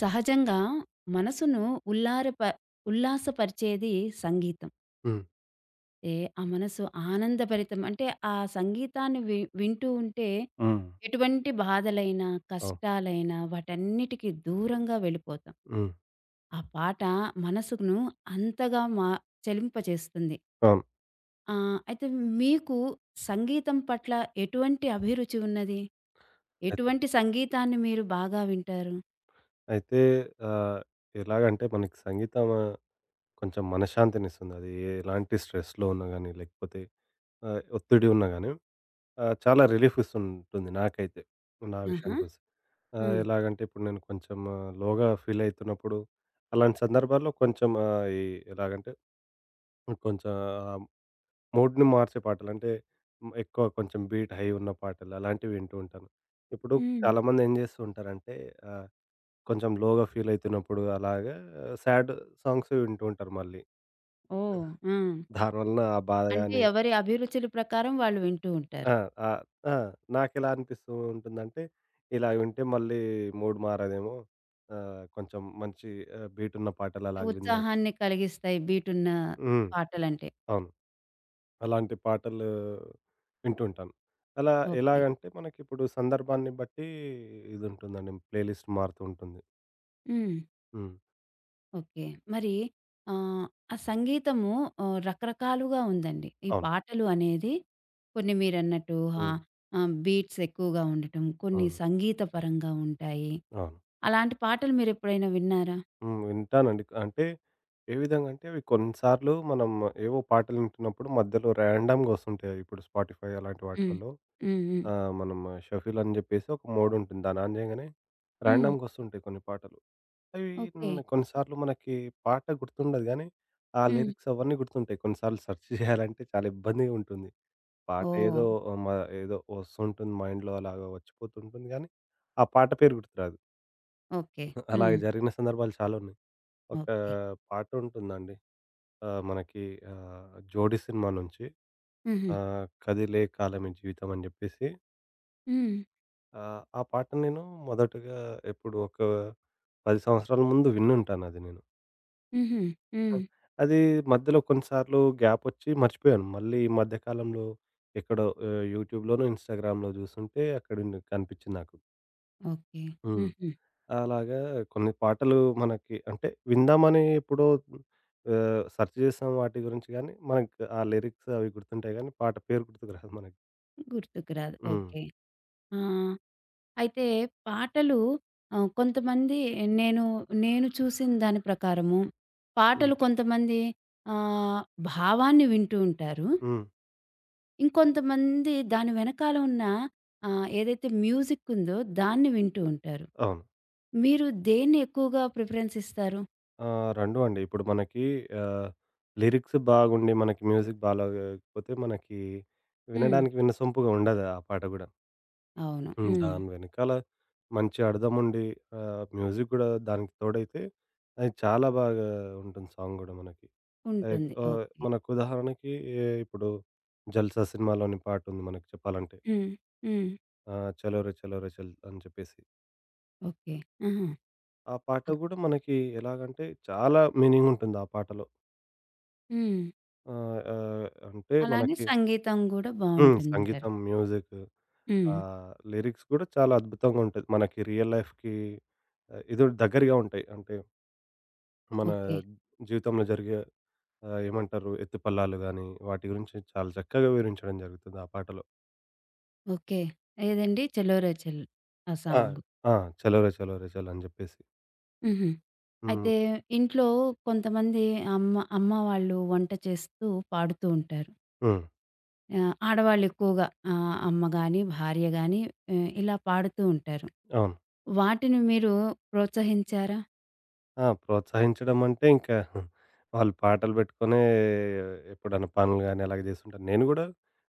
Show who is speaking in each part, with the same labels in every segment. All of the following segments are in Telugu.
Speaker 1: సహజంగా మనసును ఉల్లారప ఉల్లాసపరిచేది సంగీతం.
Speaker 2: హ్మ్.
Speaker 1: ఏ ఆ మనసు ఆనందభరితం అంటే ఆ సంగీతాన్ని వింటూ ఉంటే
Speaker 2: హ్మ్.
Speaker 1: ఎటువంటి బాధలైనా,
Speaker 2: అవును.
Speaker 1: కష్టాలైనా వాటన్నిటికి దూరంగా వెళ్ళిపోతాం.
Speaker 2: హ్మ్.
Speaker 1: ఆ పాట మనసును అంతగా చలింపజేస్తుంది.
Speaker 2: అవును.
Speaker 1: అయితే మీకు సంగీతం పట్ల ఎటువంటి అభిరుచి ఉన్నది?
Speaker 2: అయి
Speaker 1: ఎటువంటి సంగీతాన్ని మీరు బాగా వింటారు?
Speaker 2: అయితే ఆహ్, ఎలాగంటే మనకి సంగీతం కొంచెం మనశ్శాంతినిస్తుంది. అది ఎలాంటి స్ట్రెస్‌లో ఉన్నా గానీ, లేకపోతే ఒత్తిడి ఉన్నా గానీ చాలా రిలీఫ్ ఇస్తుంటుంది నాకైతే. నా
Speaker 1: ఆహా!
Speaker 2: విషయానికొస్తే.
Speaker 1: ఆ!
Speaker 2: ఎలాగంటే ఇప్పుడు నేను కొంచెం లోగా ఫీల్ అయితున్నప్పుడు అలాంటి సందర్భాల్లో కొంచెం ఎలాగంటే కొంచెం మూడ్‌ని మార్చే పాటలు. అంటే ఎక్కువ కొంచెం బీట్ హై ఉన్న పాటలు అలాంటివి వింటూ ఉంటాను. ఇప్పుడు
Speaker 1: హ్మ్.
Speaker 2: చాలామంది ఏం చేస్తూ ఉంటారంటే ఆహ్, కొంచెం లోగా ఫీల్ అయితున్నప్పుడు అలాగా సాడ్ సాంగ్స్ వింటూ ఉంటారు మళ్ళీ.
Speaker 1: ఓహ్! ఆ!
Speaker 2: దానివలన ఆ బాధ
Speaker 1: అంటే
Speaker 2: గాని.
Speaker 1: ఎవరి అభిరుచుల ప్రకారం వాళ్ళు వింటూ ఉంటారు.
Speaker 2: ఆ! ఆ! ఆ! నాకెలా అనిపిస్తూ ఉంటుందంటే ఇలా వింటే మళ్ళీ మూడ్ మారదేమో, కొంచెం మంచి బీట్ ఉన్న పాటలు అలాగ విందాం.
Speaker 1: ఉత్సాహాన్ని కలిగిస్తాయి బీటున్న
Speaker 2: హ్మ్.
Speaker 1: పాటలంటే.
Speaker 2: అవును. అలాంటి పాటలు వింటుంటాను. అలా
Speaker 1: ఓకే.
Speaker 2: ఎలాగంటే మనకిప్పుడు సందర్భాన్ని బట్టి ఇదుంటుందండి. ప్లేలిస్ట్ మారుతూ ఉంటుంది.
Speaker 1: హ్మ్.
Speaker 2: హ్మ్.
Speaker 1: ఓకే. మరి ఆహ్, ఆ సంగీతము రకరకాలుగా ఉందండి. ఈ
Speaker 2: అవును.
Speaker 1: పాటలు అనేది కొన్ని మీరన్నట్టు
Speaker 2: హ్మ్.
Speaker 1: ఆహ్, ఆహ్, బీట్స్ ఎక్కువగా ఉండటం, కొన్ని
Speaker 2: హ్మ్.
Speaker 1: సంగీత పరంగా ఉంటాయి.
Speaker 2: అవును.
Speaker 1: అలాంటి పాటలు మీరెప్పుడైనా విన్నారా?
Speaker 2: హ్మ్. వింటానండి. అంటే ఏ విధంగా అంటే అవి కొన్నిసార్లు మనం ఏవో పాటలు వింటున్నప్పుడు మధ్యలో ర్యాండమ్‌గా వస్తుంటాయి. ఇప్పుడు స్పాటిఫై అలాంటి
Speaker 1: హ్మ్.
Speaker 2: వాటిలలో
Speaker 1: హ్మ్. హ్మ్.
Speaker 2: మనం షఫుల్ అని జెప్పేసి ఒక మోడ్ ఉంటుంది. దాన్ని ఆన్ జేయంగానే
Speaker 1: హ్మ్.
Speaker 2: ర్యాండమ్‌గా వస్తుంటాయి కొన్ని పాటలు. అవి
Speaker 1: ఓకే.
Speaker 2: హ్మ్. కొన్నిసార్లు మనకి పాట గుర్తుండదు గానీ, ఆ
Speaker 1: హ్మ్.
Speaker 2: లిరిక్స్ అవన్నీ గుర్తుంటాయి. కొన్నిసార్లు సెర్చ్ చేయాలంటే చాలా ఇబ్బందిగా ఉంటుంది. పాట
Speaker 1: ఓహ్!
Speaker 2: ఏదో మ ఏదో వస్తుంటుంది మైండ్‌లో అలాగా వచ్చిపోతుంటుంది గానీ, ఆ పాట పేరు గుర్తురాదు.
Speaker 1: ఓకే.
Speaker 2: అలాగే
Speaker 1: హ్మ్.
Speaker 2: జరిగిన సందర్భాలు చాలా ఉన్నాయి. ఒక
Speaker 1: ఓకే.
Speaker 2: పాట ఉంటుందండి. మనకి 'జోడీ' సినిమా నుంచి
Speaker 1: హుహు.
Speaker 2: 'కదిలే కాలమే జీవితం' అని జెప్పేసి,
Speaker 1: హ్మ్.
Speaker 2: ఆ పాట నేను మొదటగా ఎప్పుడు ఒక 10 సంవత్సరాల ముందు విన్నుంటానది నేను.
Speaker 1: హుహు.
Speaker 2: ఆ!
Speaker 1: హ్మ్.
Speaker 2: అది మధ్యలో కొన్నిసార్లు గ్యాపొచ్చి మర్చిపోయాను. మళ్ళీ ఈ మధ్య కాలంలో ఎక్కడో యూట్యూబ్‌లోనో, ఇన్‌స్టాగ్రామ్‌లో చూస్తుంటే అక్కడుంది కనిపించింది నాకు.
Speaker 1: ఓకే.
Speaker 2: హ్మ్.
Speaker 1: హుహు.
Speaker 2: అలాగా కొన్ని పాటలు మనకి అంటే విందామని ఎప్పుడో సెర్చ్ చేసాం వాటి గురించి గానీ, మనకు ఆ లిరిక్స్ అవి గుర్తుంటాయి గానీ, పాట పేరు గుర్తుకు రాదు మనకి.
Speaker 1: గుర్తుకు రాదు.
Speaker 2: హ్మ్.
Speaker 1: ఓకే. ఆ! అయితే పాటలు కొంతమంది నేను, నేను చూసిన దాని ప్రకారము పాటలు
Speaker 2: హ్మ్.
Speaker 1: కొంతమంది ఆహ్, భావాన్ని వింటూ ఉంటారు.
Speaker 2: హ్మ్.
Speaker 1: ఇంకొంతమంది దాని వెనకాల ఉన్న ఏదైతే మ్యూజిక్ ఉందో దాన్ని వింటూ ఉంటారు.
Speaker 2: అవును.
Speaker 1: మీరు దేన్ని ఎక్కువగా ప్రిఫరెన్స్ ఇస్తారు?
Speaker 2: ఆ! 2 అండి. ఇప్పుడు మనకి ఆహ్, లిరిక్స్ బాగుండి, మనకి మ్యూజిక్ బాలేకపోతే మనకి
Speaker 1: హ్మ్.
Speaker 2: వినడానికి వినసొంపుగా ఉండదు ఆ పాట గూడా.
Speaker 1: అవును.
Speaker 2: హ్మ్.
Speaker 1: హ్మ్.
Speaker 2: దాని వెనకాల మంచి అర్థముండి మ్యూజిక్ గూడా దానికి తోడైతే అది చాలా బాగా ఉంటుంది సాంగ్ గూడా మనకి. లైక్
Speaker 1: ఉంటుంది. ఓకే.
Speaker 2: మనకు ఉదాహరణకి ఇప్పుడు 'జల్సా' సినిమాలోని పాటుంది మనకి చెప్పాలంటే.
Speaker 1: హ్మ్. హ్మ్.
Speaker 2: 'చలోరే చలోరే చల్' అని చెప్పేసి,
Speaker 1: ఓకే. ఆహా!
Speaker 2: ఆ పాట
Speaker 1: ఓహ్!
Speaker 2: గూడా మనకి ఎలాగంటే చాలా మీనింగ్ ఉంటుంది ఆ పాటలో.
Speaker 1: హ్మ్.
Speaker 2: ఆహ్, ఆహ్, అంటే
Speaker 1: అలానే
Speaker 2: మనకి
Speaker 1: సంగీతం గూడా
Speaker 2: హ్మ్,
Speaker 1: బావుంటుందంటారు.
Speaker 2: సంగీతం, మ్యూజిక్,
Speaker 1: హ్మ్.
Speaker 2: లిరిక్స్ గూడా చాలా అద్భుతంగా ఉంటది. మనకి రియల్ లైఫ్‌కి ఇది దగ్గరగా ఉంటాయి. అంటే మన
Speaker 1: ఓకే.
Speaker 2: జీవితంలో జరిగే ఏమంటారు ఎత్తుపల్లాలు గాని, వాటి గురించి చాలా చక్కగా వివరించడం జరుగుతుంది ఆ పాటలో.
Speaker 1: ఓకే. ఏదండి 'చెలోరే చెల్' ఆ
Speaker 2: ఆ!
Speaker 1: సాంగు.
Speaker 2: ఆ! చలోరే చలోరే చలో అని జెప్పేసి.
Speaker 1: హుహు.
Speaker 2: హ్మ్.
Speaker 1: అయితే ఇంట్లో కొంతమంది అమ్మ అమ్మ వాళ్ళు వంట చేస్తూ పాడుతూ ఉంటారు.
Speaker 2: హ్మ్.
Speaker 1: ఆడవాళ్ళు ఎక్కువగా అమ్మ గాని, భార్య గాని ఇలా పాడుతూ ఉంటారు.
Speaker 2: అవును.
Speaker 1: వాటిని మీరు ప్రోత్సహించారా?
Speaker 2: ఆ! ప్రోత్సహించడం అంటే ఇంకా వాళ్ళు పాటలు పెట్టుకొనే ఎప్పుడన్నా పనులు గాని అలాగే జేస్తుంటారు. నేను గూడా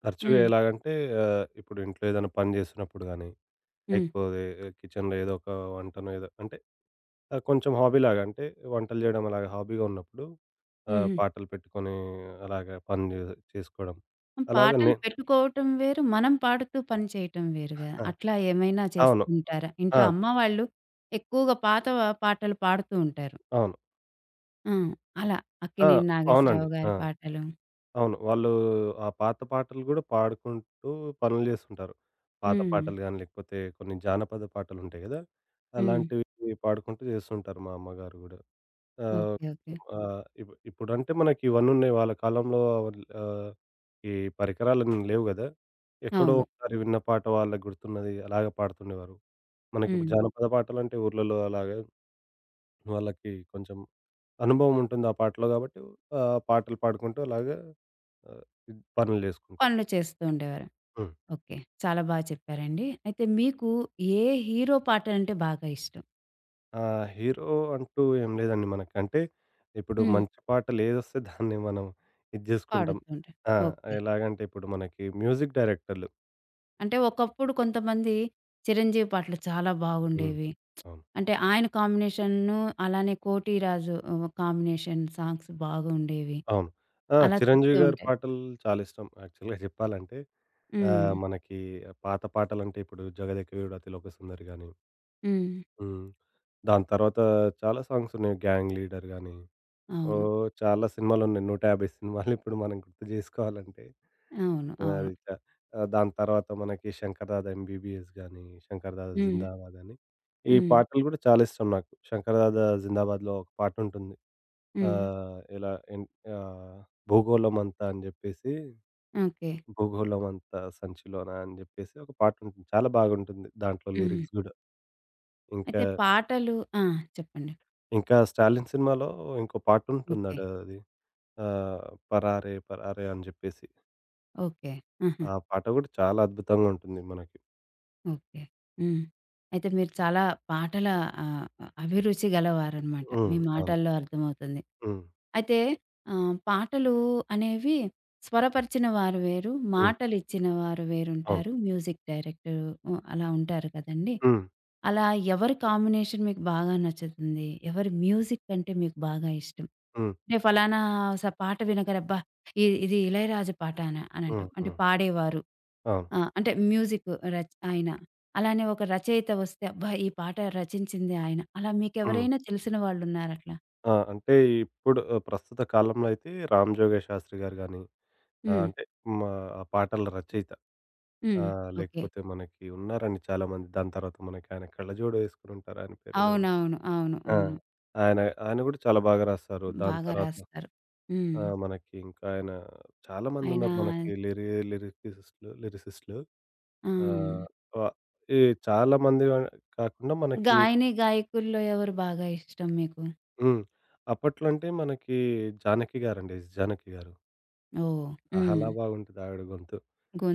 Speaker 2: తరచుగా
Speaker 1: హ్మ్.
Speaker 2: ఎలాగంటే ఇప్పుడు ఇంట్లో ఏదైనా పని జేస్తున్నప్పుడు గాని,
Speaker 1: హ్మ్.
Speaker 2: లేకపోతే కిచెన్‌లో ఏదో ఒక వంటనో ఏదో అంటే ఆ! కొంచెం హాబీలాగా అంటే వంటలు జేయడం అలాగా హాబీగా ఉన్నప్పుడు
Speaker 1: హుహు.
Speaker 2: పాటలు పెట్టుకొని అలాగా పని జే చేసుకోవడం. అలాగే
Speaker 1: పాటలు
Speaker 2: నే
Speaker 1: పెట్టుకోవటం వేరు. మనం పాడుతూ పని చేయటం వేరు గదా!
Speaker 2: ఆ!
Speaker 1: అట్లా ఏమైనా
Speaker 2: అవును.
Speaker 1: చేస్తుంటారా?
Speaker 2: ఆ!
Speaker 1: ఇంట్లో అమ్మ వాళ్ళు ఎక్కువగా పాత పాటలు పాడుతూ ఉంటారు.
Speaker 2: అవును.
Speaker 1: ఆ! అలా
Speaker 2: ఆ!
Speaker 1: 'అక్కినేని
Speaker 2: అవునండి.
Speaker 1: నాగేశ్వరరావు'
Speaker 2: ఆ!
Speaker 1: గారి పాటలు.
Speaker 2: అవును. వాళ్ళు ఆ పాత పాటలు గూడా పాడుకుంటూ పనులు జేస్తుంటారు. పాత
Speaker 1: హ్మ్.
Speaker 2: పాటలు గాని, లేకపోతే కొన్ని జానపద పాటలుంటాయి గదా!
Speaker 1: హ్మ్.
Speaker 2: అలాంటివి పాడుకుంటూ జేస్తుంటారు మా అమ్మగారు గూడా. ఆహ్,
Speaker 1: ఓకే. ఓకే.
Speaker 2: ఆహ్, ఇప్పుడంటే మనకి ఇవన్నున్నాయి. వాళ్ళ కాలంలో ఈ పరికరాలన్నీ లేవు గదా! ఎక్కడో
Speaker 1: అవును.
Speaker 2: ఒకసారి విన్న పాట వాళ్ళకి గుర్తున్నది అలాగ పాడుతుండేవారు.
Speaker 1: హ్మ్.
Speaker 2: మనకిప్పుడు జానపద పాటలంటే ఊర్లలో అలాగా వాళ్ళకి కొంచెం అనుభవం ఉంటుంది ఆ పాటలో గాబట్టి ఆ పాటలు పాడుకుంటూ అలాగా ఆహ్, పనులు జేసుకుంటారు.
Speaker 1: పనులు చేస్తూ ఉండేవారు.
Speaker 2: హ్మ్.
Speaker 1: ఓకే. చాలా చెప్పారండి. అయితే మీకు ఏ హీరో పాటలంటే బాగా ఇష్టం?
Speaker 2: ఆ! హీరో అంటూ ఏం లేదండి మనకి. అంటే ఇప్పుడు
Speaker 1: హ్మ్.
Speaker 2: మంచి పాటలేదొస్తే దాన్ని మనం ఇది జేసుకుంటాం.
Speaker 1: పాడుతూ ఉంటారు.
Speaker 2: ఆ!
Speaker 1: ఓకే.
Speaker 2: ఎలాగంటే ఇప్పుడు మనకి మ్యూజిక్ డైరెక్టర్లు
Speaker 1: అంటే ఒకప్పుడు కొంతమంది 'చిరంజీవి' పాటలు చాలా
Speaker 2: హ్మ్.
Speaker 1: బాగుండేవి.
Speaker 2: అవును.
Speaker 1: అంటే ఆయన కాంబినేషను, అలానే 'కోటిరాజు' కాంబినేషన్ సాంగ్స్ బాగుండేవి.
Speaker 2: అవును. ఆ!
Speaker 1: అలా చెప్తూ
Speaker 2: 'చిరంజీవి' గారి
Speaker 1: ఉంటారు.
Speaker 2: పాటలు చాలా ఇష్టం యాక్చువల్‌గా చెప్పాలంటే.
Speaker 1: హ్మ్.
Speaker 2: మనకి పాత పాటలంటే ఇప్పుడు 'జగదేకవీరుడు అతిలోకసుందరి' గాని,
Speaker 1: హ్మ్.
Speaker 2: హ్మ్. దాని తర్వాత చాలా సాంగ్స్ ఉన్నాయి. 'గ్యాంగ్ లీడర్' గాని,
Speaker 1: అవును.
Speaker 2: ఓహ్! చాలా సినిమాలున్నాయి. 150 సినిమాలు ఇప్పుడు మనం గుర్తు జేసుకోవాలంటే.
Speaker 1: అవును. అవును.
Speaker 2: అది చ దాని తర్వాత మనకి 'శంకర్ దాదా ఎంబీబీఎస్' గాని, 'శంకర్ దాదా
Speaker 1: హ్మ్.
Speaker 2: జిందాబాద్' అని, ఈ
Speaker 1: హ్మ్.
Speaker 2: పాటలు గూడా చాలా ఇష్టం నాకు. 'శంకర్ దాదా జిందాబాద్‌లో' ఒక పాటుంటుంది. ఆ!
Speaker 1: హ్మ్.
Speaker 2: ఇలా ఎన్ ఆహ్, 'భూగోళమంతా' అని జెప్పేసి,
Speaker 1: ఓకే.
Speaker 2: 'భూగోళమంతా సంచిలోన' అని జెప్పేసి ఒక పాటుంటుంది. చాలా బాగుంటుంది. దాంట్లో
Speaker 1: హ్మ్.
Speaker 2: లిరిక్స్ గూడా. ఇంకా,
Speaker 1: అయితే పాటలు ఆ! చెప్పండి.
Speaker 2: ఇంకా 'స్టాలిన్' సినిమాలో ఇంకో
Speaker 1: ఓకే.
Speaker 2: పాటుంటున్నాడు అది. ఆహ్, 'పరారే పరారే' అని జెప్పేసి,
Speaker 1: ఓకే. ఆహా!
Speaker 2: ఆ పాట గూడా చాలా అద్భుతంగా ఉంటుంది మనకి.
Speaker 1: ఓకే. హ్మ్. అయితే మీరు చాలా పాటల ఆహ్, అభిరుచి గలవారనమాట. మీ
Speaker 2: హ్మ్. అవును.
Speaker 1: మాటల్లో అర్థమవుతుంది.
Speaker 2: హ్మ్.
Speaker 1: అయితే పాటలు అనేవి స్వరపరిచిన వారు వేరు,
Speaker 2: హ్మ్.
Speaker 1: మాటలిచ్చిన వారు
Speaker 2: అవును.
Speaker 1: వేరుంటారు. మ్యూజిక్ డైరెక్టరు అలా ఉంటారు కదండీ!
Speaker 2: హ్మ్.
Speaker 1: అలా ఎవరి కాంబినేషన్ మీకు బాగా నచ్చుతుంది? ఎవరి మ్యూజిక్ అంటే మీకు బాగా ఇష్టం?
Speaker 2: హ్మ్.
Speaker 1: అంటే ఫలానా పాట వినగానే అబ్బా! ఇది ఇళయరాజా పాట అని
Speaker 2: హ్మ్.
Speaker 1: అనంటాం. అంటే
Speaker 2: హ్మ్.
Speaker 1: పాడేవారు
Speaker 2: అవును.
Speaker 1: ఆ! అంటే మ్యూజిక్ ఆయన. అలానే ఒక రచయిత వస్తే అబ్బా! ఈ పాట రచించింది ఆయన. అలా
Speaker 2: హ్మ్.
Speaker 1: మీకెవరైనా తెలిసిన వాళ్ళున్నారట్లా?
Speaker 2: ఆ! అంటే ఇప్పుడు ప్రస్తుత కాలంలో అయితే 'రామ్ జోగయ్య శాస్త్రి' గారు గాని, ఆ!
Speaker 1: హ్మ్.
Speaker 2: అంటే మా ఆ పాటల రచయిత. ఆ!
Speaker 1: హ్మ్. ఓకే.
Speaker 2: లేకపోతే మనకి ఉన్నారండి చాలామంది. దాని తర్వాత మనకి ఆయన కళ్ళజోడు వేసుకొనుంటారు. ఆయన పేరేదో ఉం
Speaker 1: అవునవును. అవును.
Speaker 2: ఆ!
Speaker 1: అవును.
Speaker 2: ఆయన ఆయన గూడా చాలా బాగా రాస్తారు. దాని
Speaker 1: బాగా
Speaker 2: తర్వాత
Speaker 1: రాస్తారు.
Speaker 2: ఆ!
Speaker 1: హ్మ్.
Speaker 2: మనకి ఇంకా ఆయన
Speaker 1: ఆయన
Speaker 2: చాలామందున్నారు మనకి లిరిసిస్టులు లిరిసిస్టులు.
Speaker 1: ఆ!
Speaker 2: ఆ! వ ఈ చాలా మంది కాకుండా మనకి
Speaker 1: గాయని, గాయకుల్లో ఎవరు బాగా ఇష్టం మీకు?
Speaker 2: హ్మ్. అప్పట్లో అంటే మనకి 'జానకి' గారండి. ఎస్. జానకి గారు.
Speaker 1: ఓహ్! హ్మ్.
Speaker 2: ఆహలా! బాగుంటది ఆవిడ గొంతు.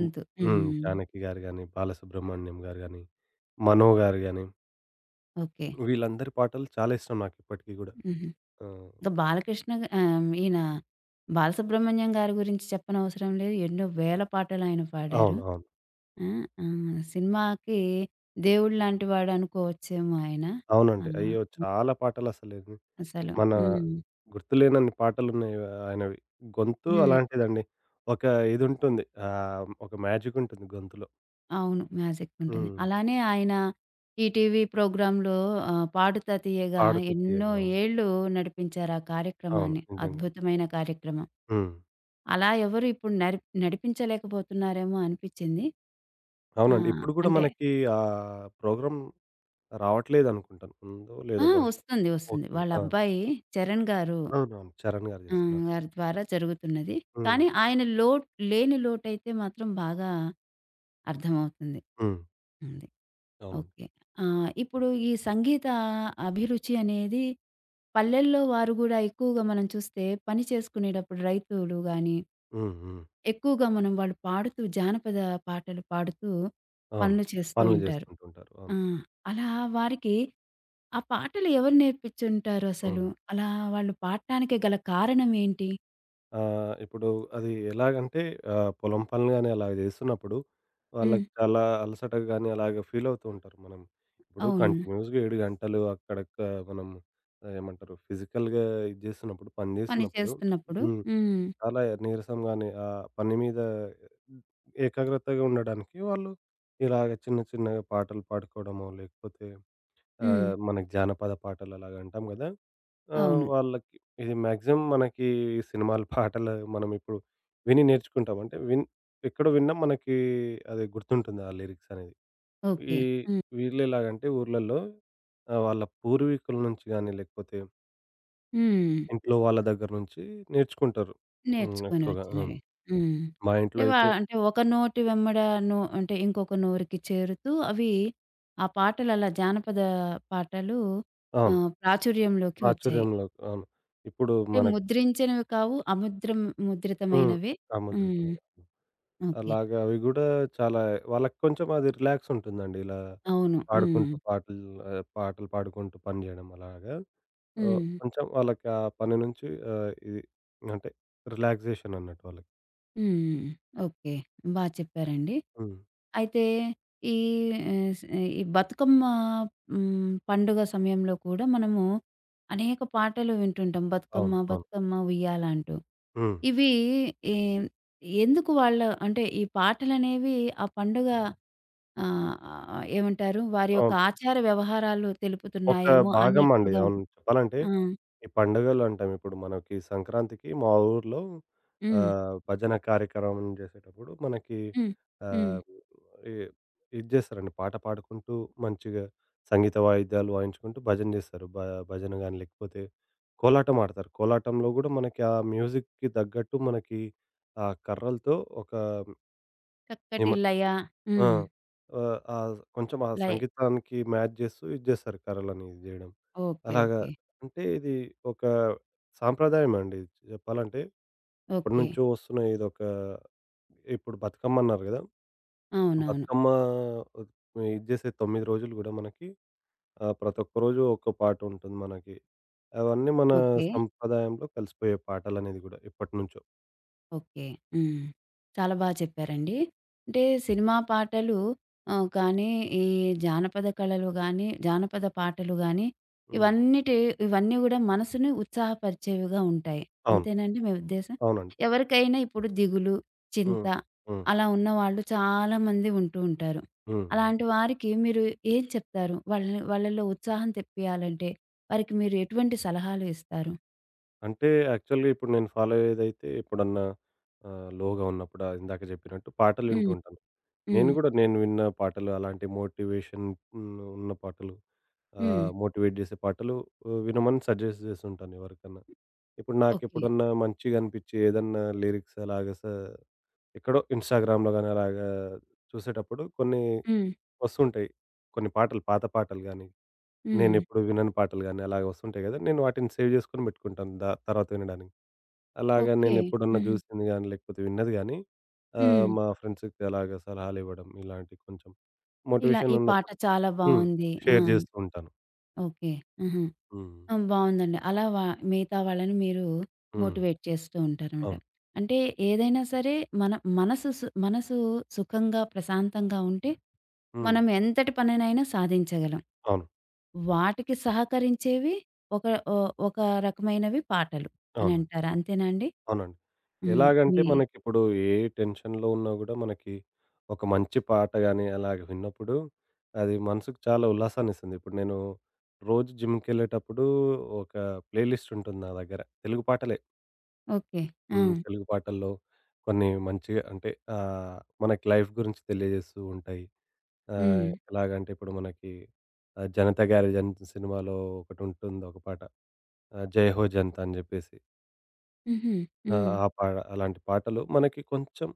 Speaker 2: హ్మ్. హ్మ్.
Speaker 1: హ్మ్.
Speaker 2: 'జానకి' గారు గాని, 'బాలసుబ్రహ్మణ్యం' గారు గాని, 'మనో' గారు గాని,
Speaker 1: ఓకే.
Speaker 2: వీళ్ళందరి పాటలు చాలా ఇష్టం నాకు ఇప్పటికి గూడా.
Speaker 1: హుహు.
Speaker 2: ఆ!
Speaker 1: ఇంకా బాలకృష్ణ గా ఈయన బాలసుబ్రహ్మణ్యం గారి గురించి చెప్పనవసరం లేదు. ఎన్నో వేల పాటలు ఆయన పాడారు.
Speaker 2: అవును. అవును.
Speaker 1: ఆ! ఆ! సినిమాకి దేవుడు లాంటి వాడు అనుకోవచ్చేమో ఆయన. ఆ!
Speaker 2: అవునండి. అయ్యో! చాలా పాటలసలు
Speaker 1: అసలు.
Speaker 2: మన
Speaker 1: హ్మ్.
Speaker 2: గుర్తులేనన్ని పాటలున్నాయి ఆయనవి. గొంతు
Speaker 1: హ్మ్.
Speaker 2: అలాంటిదండి. ఒక ఇదుంటుంది. ఒక మ్యాజికుంటుంది గొంతులో.
Speaker 1: అవును. మ్యాజికుంటుంది.
Speaker 2: హ్మ్.
Speaker 1: అలానే ఆయన ఈటీవీ ప్రోగ్రామ్‌లో పాడుతా తీయగా
Speaker 2: పాడుతూ
Speaker 1: ఎన్నో
Speaker 2: తీయగా. అవును.
Speaker 1: ఏళ్ళు నడిపించారు ఆ
Speaker 2: అవును.
Speaker 1: కార్యక్రమాన్ని.
Speaker 2: నిజంగా.
Speaker 1: అద్భుతమైన కార్యక్రమం.
Speaker 2: హ్మ్.
Speaker 1: అలా ఎవరు ఇప్పుడు నడిపించలేకపోతున్నారేమో అనిపిచ్చింది. ఆ!
Speaker 2: అవునండి. ఇప్పుడు గూడా
Speaker 1: అంటే
Speaker 2: మనకి ఆ ప్రోగ్రామ్ రావట్లేదనుకుంటాను. ఉందో
Speaker 1: ఆ!
Speaker 2: లేదో బహుశా.
Speaker 1: వస్తుంది. వస్తుంది.
Speaker 2: ఓకే.
Speaker 1: వాళ్ళ
Speaker 2: ఆ!
Speaker 1: అబ్బాయి 'చరణ్' గారు
Speaker 2: అవునవును. 'చరణ్' గారు చేస్తున్నారు.
Speaker 1: గారి ద్వారా జరుగుతున్నది.
Speaker 2: హ్మ్.
Speaker 1: కానీ ఆయన లోటు లేని లోటైతే మాత్రం బాగా అర్థమవుతుంది.
Speaker 2: హ్మ్.
Speaker 1: ఉంది.
Speaker 2: అవునండి.
Speaker 1: ఓకే. ఇప్పుడు ఈ సంగీత అభిరుచి అనేది పల్లెల్లో వారు గూడా ఎక్కువగా మనం చూస్తే పని చేసుకునేటప్పుడు రైతులు గానీ,
Speaker 2: హ్మ్. హ్మ్.
Speaker 1: ఎక్కువగా మనం వాళ్ళు పాడుతూ జానపద పాటలు పాడుతూ
Speaker 2: అవును.
Speaker 1: పనులు చేస్తూ
Speaker 2: పనులు
Speaker 1: ఉంటారు.
Speaker 2: చేసుకుంటుంటారు.
Speaker 1: ఆ!
Speaker 2: అవును.
Speaker 1: అలా వారికి ఆ పాటలు ఎవరు నేర్పించుంటారసలు?
Speaker 2: హ్మ్.
Speaker 1: అలా వాళ్ళు పాడటానికి గల కారణం ఏంటి?
Speaker 2: ఆహ్, ఇప్పుడు అది ఎలాగంటే పొలం పనులు గాని అలాగ చేస్తున్నప్పుడు
Speaker 1: హ్మ్.
Speaker 2: వాళ్ళకి చాలా అలసట గాని అలాగ ఫీల్ అవుతూ ఉంటారు. మనం ఇప్పుడు
Speaker 1: అవును.
Speaker 2: కంటిన్యూయస్‌గా 7 గంటలు మనం ఏమంటారు ఫిజికల్‌గా ఇది చేస్తున్నప్పుడు, పని
Speaker 1: పని
Speaker 2: చేస్తున్నప్పుడు
Speaker 1: చేస్తున్నప్పుడు.
Speaker 2: హ్మ్,
Speaker 1: హ్మ్.
Speaker 2: చాలా నీరసం గాని ఆ పని మీద ఏకాగ్రతగా ఉండడానికి వాళ్ళు ఇలాగ చిన్న చిన్నగా పాటలు పాడుకోవడమో లేకపోతే
Speaker 1: హ్మ్.
Speaker 2: మనకి జానపద పాటలలాగా అంటాం గదా!
Speaker 1: అవును.
Speaker 2: వాళ్ళకి ఇది మాక్సిమం మనకి సినిమాల పాటలు మనం ఇప్పుడు విని నేర్చుకుంటాం. అంటే విన్ ఎక్కడో విన్నాం మనకి అది గుర్తుంటుంది ఆ లిరిక్స్ అనేది.
Speaker 1: ఓకే.
Speaker 2: ఈ
Speaker 1: హ్మ్.
Speaker 2: వీళ్ళెలాగంటే ఊర్లల్లో వాళ్ళ పూర్వీకుల నుంచి గాని, లేకపోతే
Speaker 1: హ్మ్.
Speaker 2: ఇంట్లో వాళ్ళ దగ్గర నుంచి నేర్చుకుంటారు. హ్మ్.
Speaker 1: నేర్చుకొని
Speaker 2: ఎక్కువగా. అవును.
Speaker 1: వచ్చినవి. హ్మ్.
Speaker 2: మా ఇంట్లో
Speaker 1: అంటే
Speaker 2: అయితే
Speaker 1: అంటే ఒక నోటి వెంబడ అంటే ఇంకొక నోరుకి చేరుతూ అవి ఆ పాటలు అలా జానపద పాటలు
Speaker 2: అవును.
Speaker 1: ప్రాచుర్యంలోకి వచ్చాయి.
Speaker 2: ప్రాచుర్యంలో అవును. ఇప్పుడు
Speaker 1: అంటే
Speaker 2: మనకి
Speaker 1: ముద్రించినవి కావు.
Speaker 2: హ్మ్.
Speaker 1: ముద్రితమైనవే.
Speaker 2: ఆ!
Speaker 1: హ్మ్.
Speaker 2: ముద్రితమైన.
Speaker 1: ఓకే.
Speaker 2: అలాగా అవి గూడా చాలా వాళ్ళకి కొంచెం అది రిలాక్స్ ఉంటుందండి. ఇలా
Speaker 1: అవును. హ్మ్.
Speaker 2: పాడుకుంటూ పాటలు, పాటలు పాడుకుంటూ పని జేయడం అలాగా.
Speaker 1: హ్మ్.
Speaker 2: కొంచెం వాళ్ళకి ఆ పని నుంచి అంటే రిలాక్సేషన్ అన్నట్టు వాళ్ళకి.
Speaker 1: హ్మ్. ఓకే. చెప్పారండి.
Speaker 2: హ్మ్.
Speaker 1: అయితే ఈ ఆహ్, స్ ఈ బతుకమ్మ హ్మ్. పండుగ సమయంలో కూడా మనము అనేక పాటలు వింటుంటాం. బతుకమ్మ,
Speaker 2: అవును. అవును.
Speaker 1: బతుకమ్మ ఉయ్యాల అంటూ.
Speaker 2: హ్మ్.
Speaker 1: ఇవి ఎ ఎందుకు వాళ్ళ అంటే ఈ పాటలనేవి ఆ పండుగ ఆహ్, ఆహ్, ఏమంటారు? వారి యొక్క
Speaker 2: అవును.
Speaker 1: ఆచార వ్యవహారాలు
Speaker 2: ఒక
Speaker 1: తెలుపుతున్నాయేమో
Speaker 2: భాగం అండి.
Speaker 1: అన్నట్లుగా
Speaker 2: అవును.
Speaker 1: ఉంటుంది.
Speaker 2: చెప్పాలంటే
Speaker 1: ఆ!
Speaker 2: ఈ పండుగలు అంటాం ఇప్పుడు మనకి సంక్రాంతికి మా ఊర్లో
Speaker 1: హ్మ్.
Speaker 2: భజన కార్యక్రమం చేసేటప్పుడు మనకి
Speaker 1: హ్మ్. హ్మ్.
Speaker 2: ఆహ్, ఇ ఇది చేస్తారండి. పాట పాడుకుంటూ మంచిగా సంగీత వాయిద్యాలు వాయించుకుంటూ భజన చేస్తారు. భజన గాని లేకపోతే కోలాటం ఆడతారు. కోలాటంలో గూడా మనకి ఆ మ్యూజిక్‌కి తగ్గట్టు మనకి ఆ కర్రలతో ఒక ఏమ
Speaker 1: చక్కటి లయ
Speaker 2: ఆ!
Speaker 1: హ్మ్.
Speaker 2: ఆ కొంచెం ఆ
Speaker 1: లయ
Speaker 2: సంగీతానికి మ్యాచ్ జేస్తూ ఇది జేస్తారు కర్రలని ఇది జేయడం.
Speaker 1: ఓకే.
Speaker 2: అలాగా
Speaker 1: ఓకే.
Speaker 2: అంటే ఇది ఒక సాంప్రదాయమండి జెప్పాలంటే.
Speaker 1: ఓకే.
Speaker 2: ఎప్పటినుంచో వస్తున్న ఇదొక. ఇప్పుడు బతుకమ్మ అన్నారు గదా!
Speaker 1: అవునవును.
Speaker 2: బతుకమ్మ ఇది జేసే 9 రోజులు గూడా మనకి ప్రతి ఒక్క రోజు ఒక్క పాట ఉంటుంది మనకి. అవన్నీ మన
Speaker 1: ఓకే.
Speaker 2: సంప్రదాయంలో కలిసిపోయే పాటలనేది గూడా ఎప్పటినుంచో.
Speaker 1: ఓకే. హ్మ్. చాలా చెప్పారండి. అంటే సినిమా పాటలు కానీ, ఈ జానపద కళలు గాని, జానపద పాటలు గాని,
Speaker 2: హ్మ్.
Speaker 1: ఇవన్నిటి ఇవన్నీ గూడా మనసుని ఉత్సాహపరిచేవిగా ఉంటాయి.
Speaker 2: అవును.
Speaker 1: అంతేనండి మీ ఉద్దేశం?
Speaker 2: అవునండి.
Speaker 1: ఎవరికైనా ఇప్పుడు దిగులు, చింత
Speaker 2: హ్మ్. హ్మ్.
Speaker 1: అలా ఉన్నవాళ్ళు చాలామంది ఉంటూ ఉంటారు.
Speaker 2: హ్మ్. హ్మ్.
Speaker 1: అలాంటి వారికి మీరు ఏం చెప్తారు? వాళ్ళని వాళ్ళలో ఉత్సాహం తెప్పియాలంటే, వారికి మీరు ఎటువంటి సలహాలు ఇస్తారు?
Speaker 2: అంటే యాక్చువల్‌గా ఇప్పుడు నేను ఫాలో అయ్యేదైతే ఎప్పుడన్నా లోగా ఉన్నప్పుడు ఇందాక చెప్పినట్టు పాటలు వింటూ
Speaker 1: హ్మ్.
Speaker 2: ఉంటాను. నేను
Speaker 1: హ్మ్.
Speaker 2: గూడా నేను విన్న పాటలు అలాంటి మోటివేషన్ హ్మ్, ఉన్న పాటలు
Speaker 1: హ్మ్.
Speaker 2: మోటివేట్ జేసే పాటలు వినమని సజెస్ట్ జేస్తుంటాను ఎవరికన్నా. ఇప్పుడు
Speaker 1: ఓకే.
Speaker 2: నాకెప్పుడన్నా మంచిగా అనిపిచ్చి ఏదన్నా లిరిక్స్ అలాగా ఎక్కడో ఇన్‌స్టాగ్రామ్‌లో గానీ అలాగా చూసేటప్పుడు కొన్ని
Speaker 1: హ్మ్.
Speaker 2: వస్తుంటాయి. కొన్ని పాటలు పాత పాటలు గానీ,
Speaker 1: హ్మ్.
Speaker 2: నేనెప్పుడు వినని పాటలు గానీ అలాగ వస్తుంటాయి గదా! నేను వాటిని సేవ్ జేసుకొని బెట్టుకుంటాను దా తర్వాత వినడానికి. అలాగా
Speaker 1: ఓకే.
Speaker 2: నేనెప్పుడన్నా
Speaker 1: హుహు.
Speaker 2: జూసింది గాని, లేకపోతే విన్నది గాని,
Speaker 1: హ్మ్.
Speaker 2: మా ఫ్రెండ్స్‌కి అలాగా సలహాలివ్వడం ఇలాంటి కొంచెం
Speaker 1: ఇలా
Speaker 2: మోటివేషన్
Speaker 1: ఈ పాట
Speaker 2: ఉన్నప్పుడు
Speaker 1: చాలా
Speaker 2: హ్మ్,
Speaker 1: బావుంది. ఆ!
Speaker 2: షేర్ జేస్తూ ఉంటాను.
Speaker 1: ఓకే. ఆహా!
Speaker 2: హ్మ్.
Speaker 1: ఆ! బావుందండి. అలా మిగతా వాళ్ళని మీరు
Speaker 2: హ్మ్.
Speaker 1: మోటివేట్ చేస్తూ ఉంటారనమాట.
Speaker 2: అవును.
Speaker 1: అంటే ఏదైనా సరే మన మనసు సుఖంగా, ప్రశాంతంగా ఉంటే
Speaker 2: హ్మ్.
Speaker 1: మనం ఎంతటి పనినైనా సాధించగలం.
Speaker 2: అవును.
Speaker 1: వాటికి సహకరించేవి ఒక ఓ ఒక రకమైనవి పాటలు అని
Speaker 2: అవునండి.
Speaker 1: అంటారా? అంతేనా అండి?
Speaker 2: అవునండి.
Speaker 1: హ్మ్.
Speaker 2: ఎలాగంటే
Speaker 1: మీ
Speaker 2: మనకిప్పుడు ఏ టెన్షన్‌లో ఉన్నా గూడా మనకి ఒక మంచి పాట గాని అలాగ విన్నప్పుడు అది మనసుకు చాలా ఉల్లాసాన్నిస్తుంది. ఇప్పుడు నేను రోజు జిమ్‌కెళ్ళేటప్పుడు ఒక ప్లే లిస్ట్ ఉంటుంది నా దగ్గర. తెలుగు పాటలే
Speaker 1: ఓకే. ఆ!
Speaker 2: హ్మ్. తెలుగు పాటల్లో కొన్ని మంచిగా అంటే ఆహ్, మనకి లైఫ్ గురించి తెలియజేస్తూ ఉంటాయి.
Speaker 1: హ్మ్.
Speaker 2: ఎలాగంటే ఇప్పుడు మనకి 'జనతా గ్యారేజ్' అని సినిమాలో ఒకటుంటుంది ఒక పాట. 'జై హో జనతా' అని జెప్పేసి,
Speaker 1: హుహు.
Speaker 2: ఆ!
Speaker 1: హ్మ్.
Speaker 2: ఆ పాట అలాంటి పాటలు మనకి కొంచెం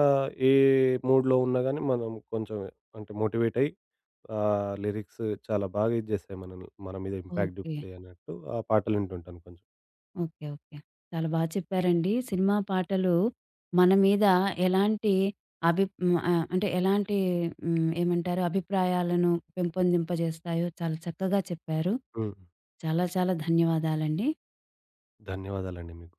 Speaker 2: ఆహ్, ఏ మూడ్‌లో ఉన్నా గానీ మనం కొంచెం అంటే మోటివేట్ అయ్యి లిరిక్స్ చాలా బాగా ఇది జేస్తాయి మనల్ని. మన మీద ఇంపాక్ట్
Speaker 1: ఓకే.
Speaker 2: జూపుతాయి అన్నట్టు ఆ పాటలు వింటుంటాను కొంచెం.
Speaker 1: ఓకే. ఓకే. చాలా చెప్పారండి. సినిమా పాటలు మన మీద ఎలాంటి హ్మ్. అంటే ఎలాంటి హ్మ్. ఏమంటారు అభిప్రాయాలను పెంపొందింపజేస్తాయో చాలా చక్కగా చెప్పారు.
Speaker 2: హ్మ్.
Speaker 1: చాలా చాలా ధన్యవాదాలండి.
Speaker 2: ధన్యవాదాలండి మీకు.